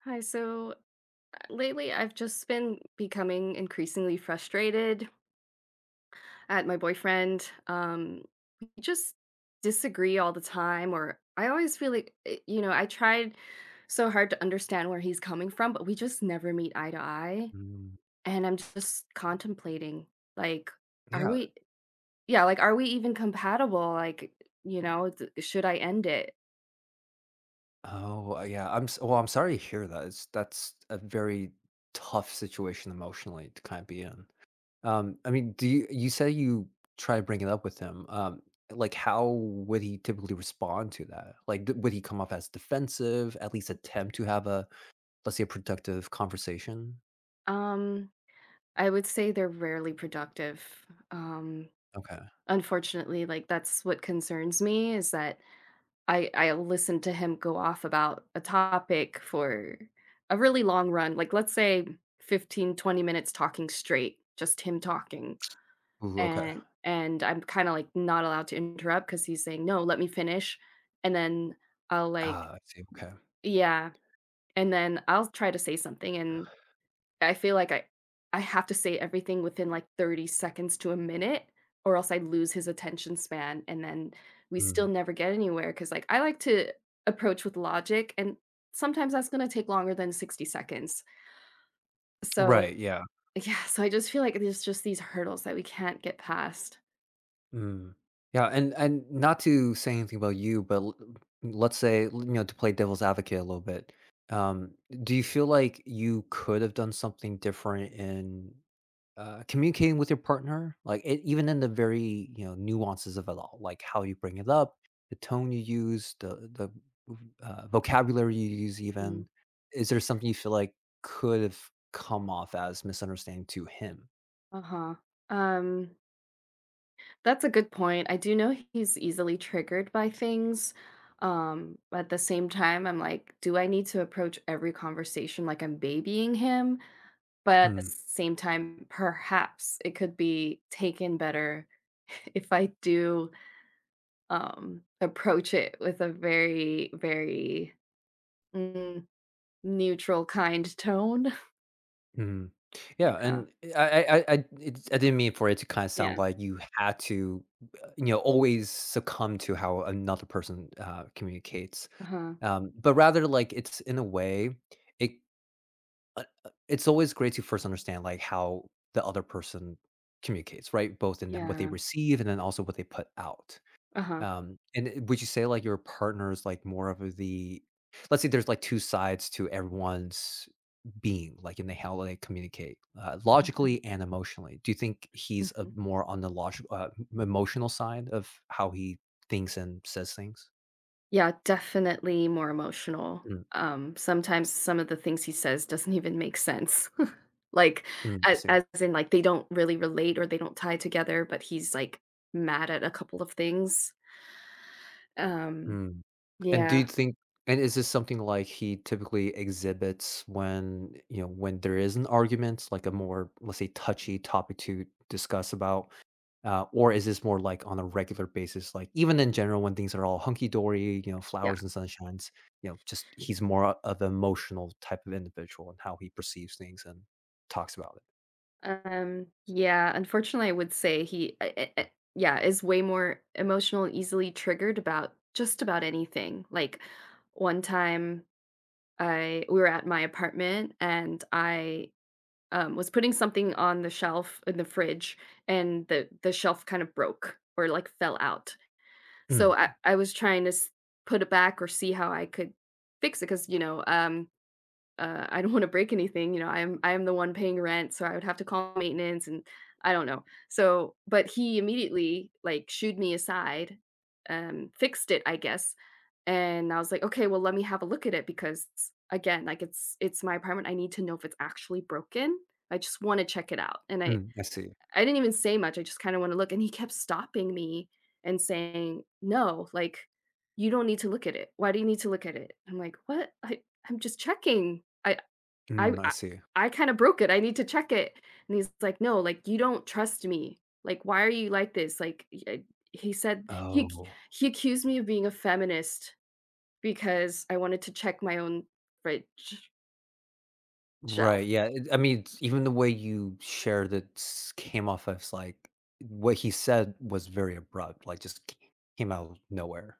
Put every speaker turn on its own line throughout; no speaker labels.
Hi, lately I've just been becoming increasingly frustrated at my boyfriend. We just disagree all the time, or I always feel like, you know, I tried so hard to understand where he's coming from, but we just never meet eye to eye.
Mm,
And I'm just contemplating, like, are
yeah.
we, yeah, like, are we even compatible? Like, should I end it?
Oh, yeah. I'm s well, I'm sorry to hear that. It's That's a very tough situation emotionally to kind of be in. I mean, do you you say you try to bring it up with him. How would he typically respond to that? Like, d would he come off as defensive, at least attempt to have a, let's say, a productive conversation?
Um, I would say they're rarely productive. Um,
Okay.
Unfortunately, like, that's what concerns me is that I listened to him go off about a topic for a really long run, like, let's say 15-20 minutes talking straight, just him talking,
Ooh, okay.
and I'm kinda, like, not allowed to interrupt because he's saying, "No, let me finish," and then I'll, like
Ah, I see. Okay.
yeah, and then I'll try to say something, and I feel like I have to say everything within, like, 30 seconds to a minute, or else I lose his attention span, and then we still
Mhm.
never get anywhere. Cause like, I like to approach with logic, and sometimes that's gonna take longer than 60 seconds. So,
Right, yeah.
yeah, so I just feel like there's just these hurdles that we can't get past.
Mm. Yeah, and not to say anything about you, but let's say, you know, to play devil's advocate a little bit. Um, do you feel like you could have done something different in communicating with your partner, like it, even in the very, you know, nuances of it all, like how you bring it up, the tone you use, the vocabulary you use,
Mm.
even, is there something you feel like could have come off as misunderstanding to him?
Uh-huh. Um, that's a good point. I do know he's easily triggered by things. But at the same time, I'm like, do I need to approach every conversation like I'm babying him? But at the same time, perhaps it could be taken better if I do approach it with a very, very mm, neutral, kind tone.
Mhm. Yeah,
Yeah.
and I it's I didn't mean for it to kinda sound
Yeah.
like you had to, you know, always succumb to how another person, communicates,
Uh-huh.
but rather, like, it's in a way, it it's always great to first understand, like, how the other person communicates, right? Both in what they
Yeah.
receive and then also what they put out.
Uh-huh.
And I would you say, like, your partner is, like, more of the, let's say there's, like, 2 sides to everyone's being, like, in the how they communicate,
Mhm.
logically and emotionally. Do you think he's,
Mhm.
more on the logical, m emotional side of how he thinks and says things?
Yeah, definitely more emotional.
Mm,
Sometimes some of the things he says doesn't even make sense. like
mm, I see.
as in like they don't really relate or they don't tie together, but he's like mad at a couple of things. Um,
Mm. And do you
yeah.
think, and is this something, like, he typically exhibits when, you know, when there is an argument, like, a more, let's say, touchy topic to discuss about? Or is this more like on a regular basis? Like even in general, when things are all hunky dory, you know,
Yeah.
flowers and sunshines, you know, just he's more of an emotional type of individual and how he perceives things and talks about
Yeah, unfortunately I would say he I- yeah, is way more emotional, easily triggered about just about anything. Like one time I we were at my apartment and I was putting something on the shelf in the fridge and the shelf kind of broke or like fell out.
it.
So
Mm,
I was trying to put it back or see how I could fix it because you know I don't wanna break anything, you know, I am the one paying rent, so I would have to call maintenance and I don't know. So but he immediately, like, shooed me aside, fixed it, I guess, and I was like, "Okay, well, let me have a look at it because, again, like, it's my apartment, I need to know if it's actually broken. I just wanna check it out." And
mm, I see.
I didn't even say much, I just kinda wanna look, and he kept stopping me and saying, "No, like, you don't need to look at it. Why do you need to look at it?" I'm like, "What? I'm just checking. I
Mm, I
I
see.
I kinda broke it, I need to check it, and he's like, "No, like, you don't trust me, like, why are you like this?" Like, y I he said he ac
Oh,
he accused me of being a feminist because I wanted to check my own fridge
right.
shelf.
Yeah. I mean, even the way you shared it came off as like what he said was very abrupt, like just came out of nowhere.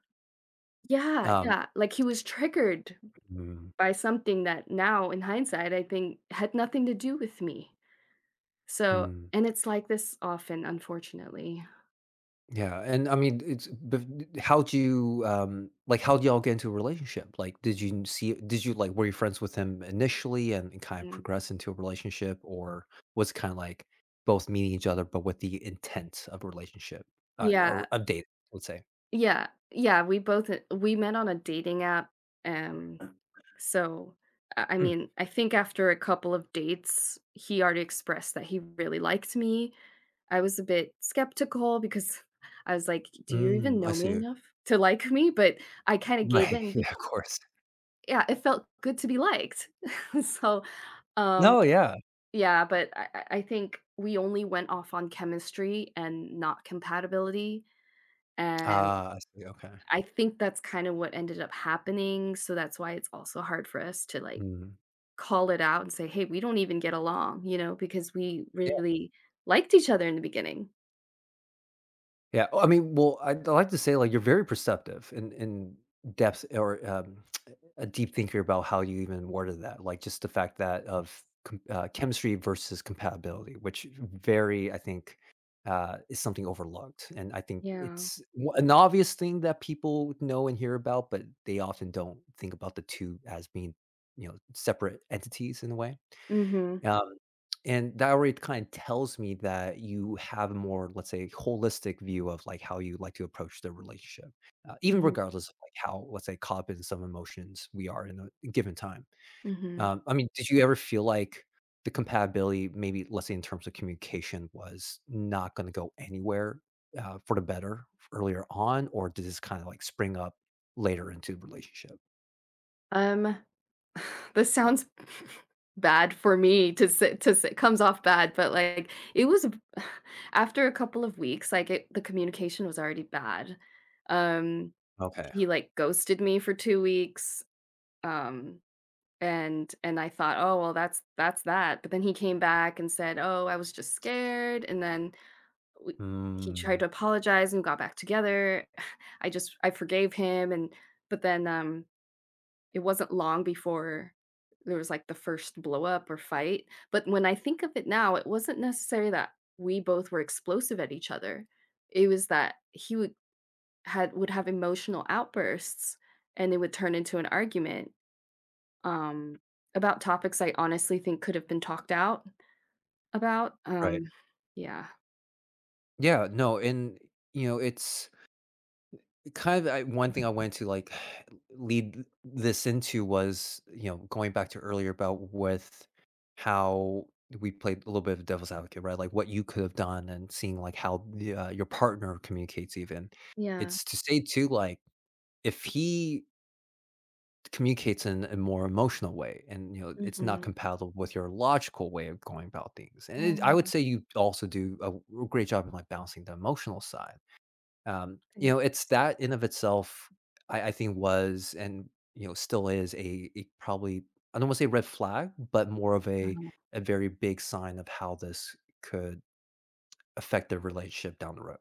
Yeah,
Um,
yeah, like, he was triggered
mm,
by something that now, in hindsight, I think had nothing to do with me. So
mm.
and it's like this often, unfortunately.
Yeah, and I mean, it's but how do you like how do y'all get into a relationship? Like, did you see? Did you like, were you friends with him initially and, kind of
Mm.
progress into a relationship, or was it kind of like both meeting each other but with the intent of a relationship,
Yeah.
or a date? Let's say.
Yeah, yeah, we met on a dating app, um, so, I
Mm,
mean, I think after a couple of dates, he already expressed that he really liked me. I was a bit skeptical because I was like, "Do you
mm,
even
I
know me
see.
enough to like me?" But I kinda gave
Right.
in be
Yeah. Of course.
yeah, it felt good to be liked. So, um,
No. Yeah.
yeah, but I think we only went off on chemistry and not compatibility, and
Ah. I see. Okay.
I think that's kind of what ended up happening, so that's why it's also hard for us to, like,
Mm.
call it out and say, "Hey, we don't even get along," you know, because we
Yeah.
really liked each other in the beginning.
Yeah. Oh, I mean, well, I like to say like you're very perceptive and in depth or a deep thinker about how you even worded that, like just the fact that of chemistry versus compatibility, which very, I think, is something overlooked. And I think
Yeah.
it's an obvious thing that people know and hear about, but they often don't think about the two as being, you know, separate entities in a way.
Mhm.
And that already kind of tells me that you have a more, let's say, holistic view of like how you like to approach the relationship, even
Mhm.
regardless of like how, let's say, caught up in some emotions we are in a given time.
Mhm.
I mean, did you ever feel like the compatibility, maybe let's say in terms of communication, was not going to go anywhere, for the better earlier on, or did this kind of like spring up later into the relationship?
Um, this sounds bad for me to say comes off bad, but, like, it was after a couple of weeks, like, it the communication was already bad. Um,
Okay.
he, like, ghosted me for 2 weeks, um. And I thought, "Oh, well, that's that." But then he came back and said, "Oh, I was just scared," and then we he tried
Mm,
to apologize and got back together. I forgave him and but then, it wasn't long before there was, like, the first blow up or fight. But when I think of it now, it wasn't necessarily that we both were explosive at each other. It was that he would had would have emotional outbursts, and it would turn into an argument. Um, about topics I honestly think could have been talked out about.
right.
Yeah.
Yeah. No. And you know, it's kind of, I one thing I wanted to, like, lead this into was, you know, going back to earlier about with how we played a little bit of devil's advocate, right? Like, what you could have done and seeing, like, how the, your partner communicates even.
Yeah.
It's to say too, like, if he communicates in a more emotional way and, you know, it's not
Mhm.
compatible with your logical way of going about things, and it, I would
Mm,
say you also do a great job in, like, balancing the emotional side.
okay.
You know, it's that in of itself, I think was and you know still is a probably, I don't want to say red flag, but more of a
Uh-huh.
a very big sign of how this could affect their relationship down the road.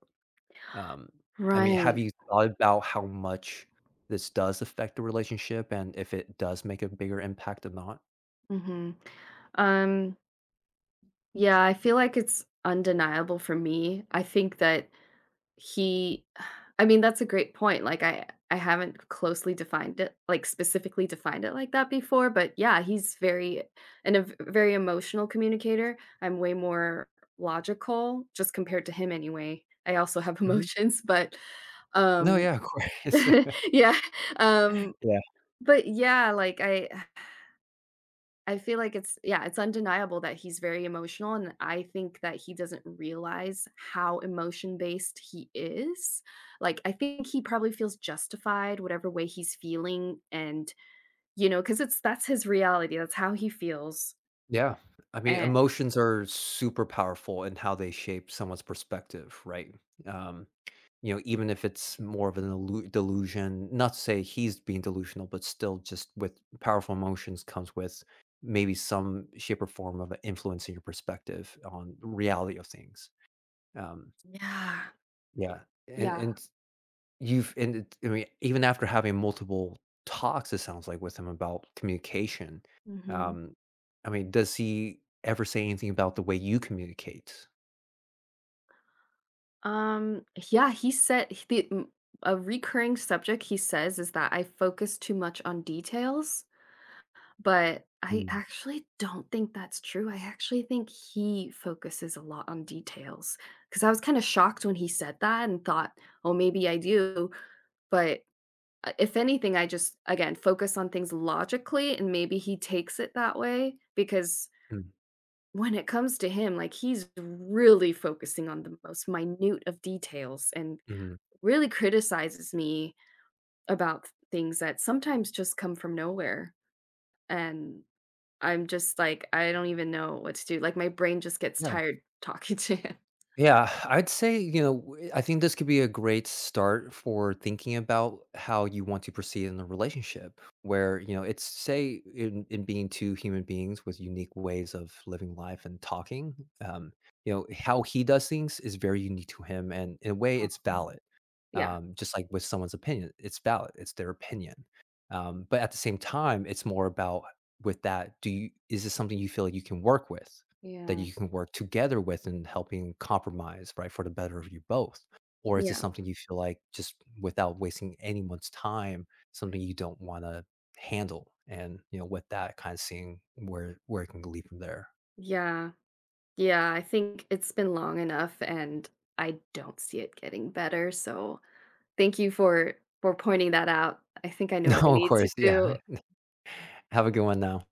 Um, I mean, have
Right.
you thought about how much this does affect the relationship and if it does make a bigger impact or not?
Mhm. Um, yeah, I feel like it's undeniable for me. I think that He I mean, that's a great point, like, I haven't closely defined it like, specifically defined it like that before, but yeah, he's very and a v very emotional communicator. I'm way more logical, just compared to him anyway. I also have
Mhm.
emotions, but,
No,
um.
yeah, of course.
Yeah, um,
Yeah.
but yeah, like, I feel like it's yeah, it's undeniable that he's very emotional, and I think that he doesn't realize how emotion-based he is. Like, I think he probably feels justified whatever way he's feeling and, you know, because it's that's his reality, that's how he feels,
Yeah. I mean,
and
emotions are super powerful in how they shape someone's perspective, right? Um, you know, even if it's more of an delusion, not to say he's being delusional, but still just with powerful emotions comes with maybe some shape or form of influencing your perspective on reality of things. Um,
yeah,
yeah.
yeah,
And You've and it I mean, even after having multiple talks, it sounds like, with him about communication,
mhm.
um, I mean, does he ever say anything about the way you communicate?
Yeah, he said he the m a recurring subject he says is that I focus too much on details. But I
Mm.
actually don't think that's true. I actually think he focuses a lot on details because I was kind of shocked when he said that and thought, oh, maybe I do. But if anything, I just, again, focus on things logically and maybe he takes it that way because
Mm,
when it comes to him, like he's really focusing on the most minute of details and
mhm.
really criticizes me about things that sometimes just come from nowhere. And I'm just like, I don't even know what to do. Like, my brain just gets
Yeah.
tired talking to him.
Yeah, I'd say, you know, I think this could be a great start for thinking about how you want to proceed in a relationship where, you know, it's say in being two human beings with unique ways of living life and talking, um, you know, how he does things is very unique to him. And in a way,
Uh-huh.
it's, mm, valid.
Yeah.
Just like with someone's opinion, it's valid, it's their opinion. But at the same time, it's more about, with that, do you is this something you feel like you can work with, that
Yeah.
you can work together with and helping compromise, right, for the better of you both? Or is this
Yeah.
something you feel like just without wasting anyone's time, something you don't want to handle? And you know, with that, kind of seeing where it can lead from there.
Yeah. Yeah, I think it's been long enough and I don't see it getting better, so thank you for pointing that out. I think I know what I
No, of
need to
course, yeah.
do.
Have a good one now.